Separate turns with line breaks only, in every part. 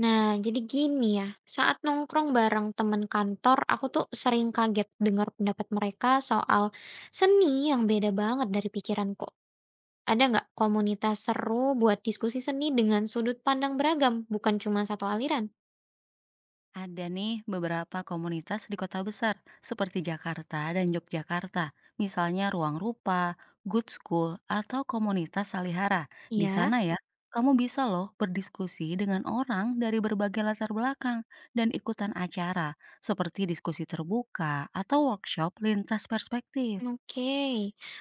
Nah, jadi gini ya, saat nongkrong bareng teman kantor, aku tuh sering kaget dengar pendapat mereka soal seni yang beda banget dari pikiranku. Ada nggak komunitas seru buat diskusi seni dengan sudut pandang beragam, bukan cuma satu aliran?
Ada nih beberapa komunitas di kota besar seperti Jakarta dan Yogyakarta, misalnya Ruang Rupa, Good School, atau komunitas Salihara. Di
Iya.
sana ya, kamu bisa loh berdiskusi dengan orang dari berbagai latar belakang dan ikutan acara seperti diskusi terbuka atau workshop lintas perspektif.
Oke,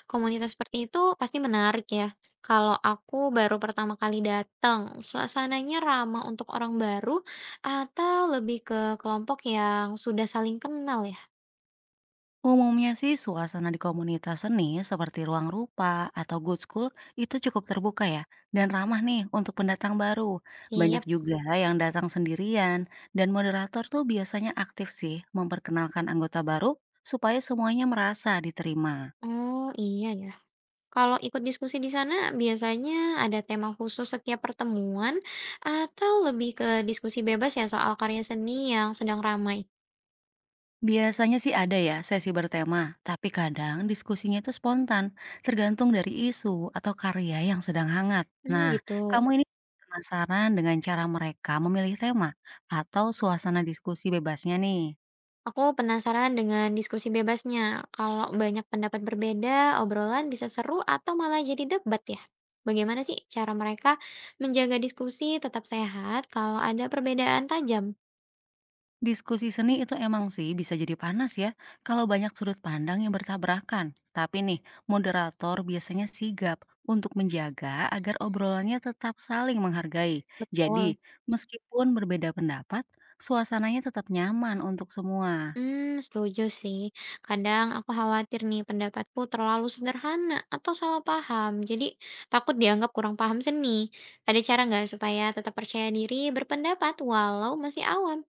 komunitas seperti itu pasti menarik ya. Kalau aku baru pertama kali datang, suasananya ramah untuk orang baru atau lebih ke kelompok yang sudah saling kenal ya?
Umumnya sih suasana di komunitas seni seperti ruang rupa atau good school itu cukup terbuka ya dan ramah nih untuk pendatang baru. Banyak
Siap.
juga yang datang sendirian dan moderator tuh biasanya aktif sih memperkenalkan anggota baru supaya semuanya merasa diterima.
Oh, iya ya. Kalau ikut diskusi di sana biasanya ada tema khusus setiap pertemuan atau lebih ke diskusi bebas ya soal karya seni yang sedang ramai?
Biasanya sih ada ya sesi bertema, tapi kadang diskusinya itu spontan, tergantung dari isu atau karya yang sedang hangat.
Hmm,
Nah,
gitu.
kamu ini penasaran dengan cara mereka memilih tema atau suasana diskusi bebasnya nih?
Aku penasaran dengan diskusi bebasnya. Kalau banyak pendapat berbeda, obrolan bisa seru atau malah jadi debat ya? Bagaimana sih cara mereka menjaga diskusi tetap sehat kalau ada perbedaan tajam?
Diskusi seni itu emang sih bisa jadi panas ya, kalau banyak sudut pandang yang bertabrakan. Tapi nih, moderator biasanya sigap untuk menjaga agar obrolannya tetap saling menghargai.
Betul.
Jadi, meskipun berbeda pendapat, suasananya tetap nyaman untuk semua.
Hmm, setuju sih. Kadang aku khawatir nih pendapatku terlalu sederhana atau salah paham. Jadi takut dianggap kurang paham seni. Ada cara nggak supaya tetap percaya diri berpendapat walau masih awam?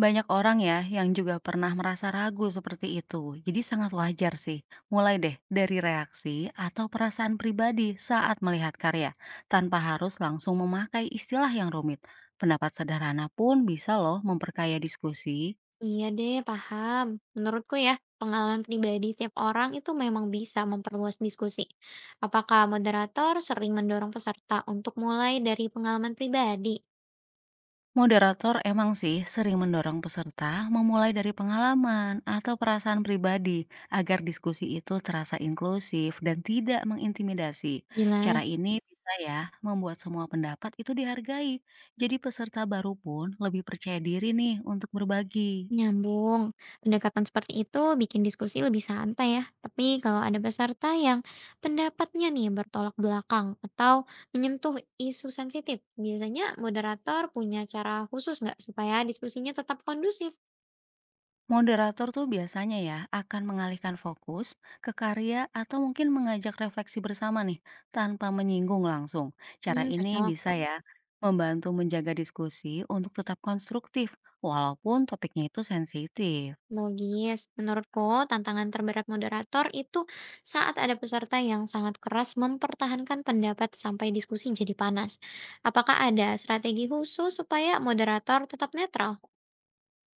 Banyak orang ya yang juga pernah merasa ragu seperti itu. Jadi sangat wajar sih. Mulai deh dari reaksi atau perasaan pribadi saat melihat karya, tanpa harus langsung memakai istilah yang rumit. Pendapat sederhana pun bisa loh memperkaya diskusi.
Iya deh, paham. Menurutku ya, pengalaman pribadi setiap orang itu memang bisa memperluas diskusi. Apakah moderator sering mendorong peserta untuk mulai dari pengalaman pribadi?
Moderator emang sih sering mendorong peserta memulai dari pengalaman atau perasaan pribadi agar diskusi itu terasa inklusif dan tidak mengintimidasi. Cara
Jelas.
ini bisa ya membuat semua pendapat itu dihargai. Jadi peserta baru pun lebih percaya diri nih untuk berbagi.
Nyambung. Pendekatan seperti itu bikin diskusi lebih santai ya. Tapi kalau ada peserta yang pendapatnya nih bertolak belakang atau menyentuh isu sensitif, biasanya moderator punya cara khusus nggak supaya diskusinya tetap kondusif?
Moderator tuh biasanya ya akan mengalihkan fokus ke karya atau mungkin mengajak refleksi bersama nih tanpa menyinggung langsung. Cara
Hmm,
ini
cocok.
bisa ya membantu menjaga diskusi untuk tetap konstruktif walaupun topiknya itu sensitif.
Logis. Menurutku, tantangan terberat moderator itu saat ada peserta yang sangat keras mempertahankan pendapat sampai diskusi jadi panas. Apakah ada strategi khusus supaya moderator tetap netral?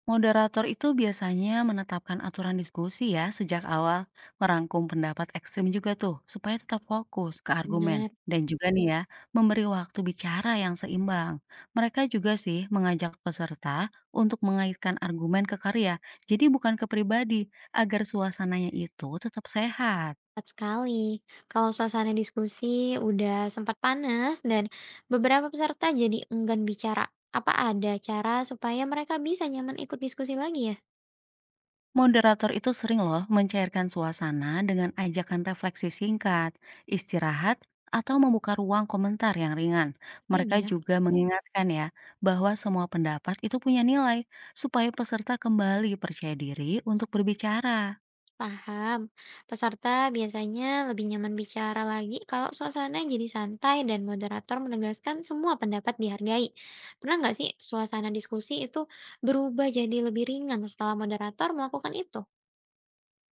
Moderator itu biasanya menetapkan aturan diskusi ya sejak awal, merangkum pendapat ekstrim juga tuh, supaya tetap fokus ke argumen.
Benar.
Dan juga nih ya, memberi waktu bicara yang seimbang. Mereka juga sih mengajak peserta untuk mengaitkan argumen ke karya, jadi bukan ke pribadi, agar suasananya itu tetap sehat.
Tepat sekali. Kalau suasana diskusi udah sempat panas dan beberapa peserta jadi enggan bicara, apa ada cara supaya mereka bisa nyaman ikut diskusi lagi ya?
Moderator itu sering loh mencairkan suasana dengan ajakan refleksi singkat, istirahat, atau membuka ruang komentar yang ringan.
Sering
Mereka
ya,
juga mengingatkan ya bahwa semua pendapat itu punya nilai supaya peserta kembali percaya diri untuk berbicara.
paham. Peserta biasanya lebih nyaman bicara lagi kalau suasana jadi santai dan moderator menegaskan semua pendapat dihargai. Pernah nggak sih suasana diskusi itu berubah jadi lebih ringan setelah moderator melakukan itu?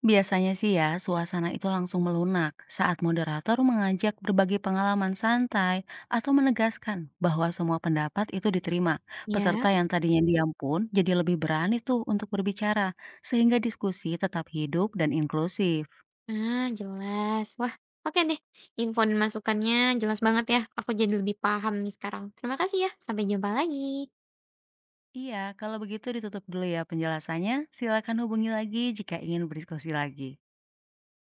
Biasanya sih ya, suasana itu langsung melunak saat moderator mengajak berbagi pengalaman santai atau menegaskan bahwa semua pendapat itu diterima. Peserta
Ya.
yang tadinya diam pun jadi lebih berani tuh untuk berbicara, sehingga diskusi tetap hidup dan inklusif.
Ah, jelas. Wah, oke deh. Info dan masukannya jelas banget ya. Aku jadi lebih paham nih sekarang. Terima kasih ya. Sampai jumpa lagi.
Iya, kalau begitu ditutup dulu ya penjelasannya. Silakan hubungi lagi jika ingin berdiskusi lagi.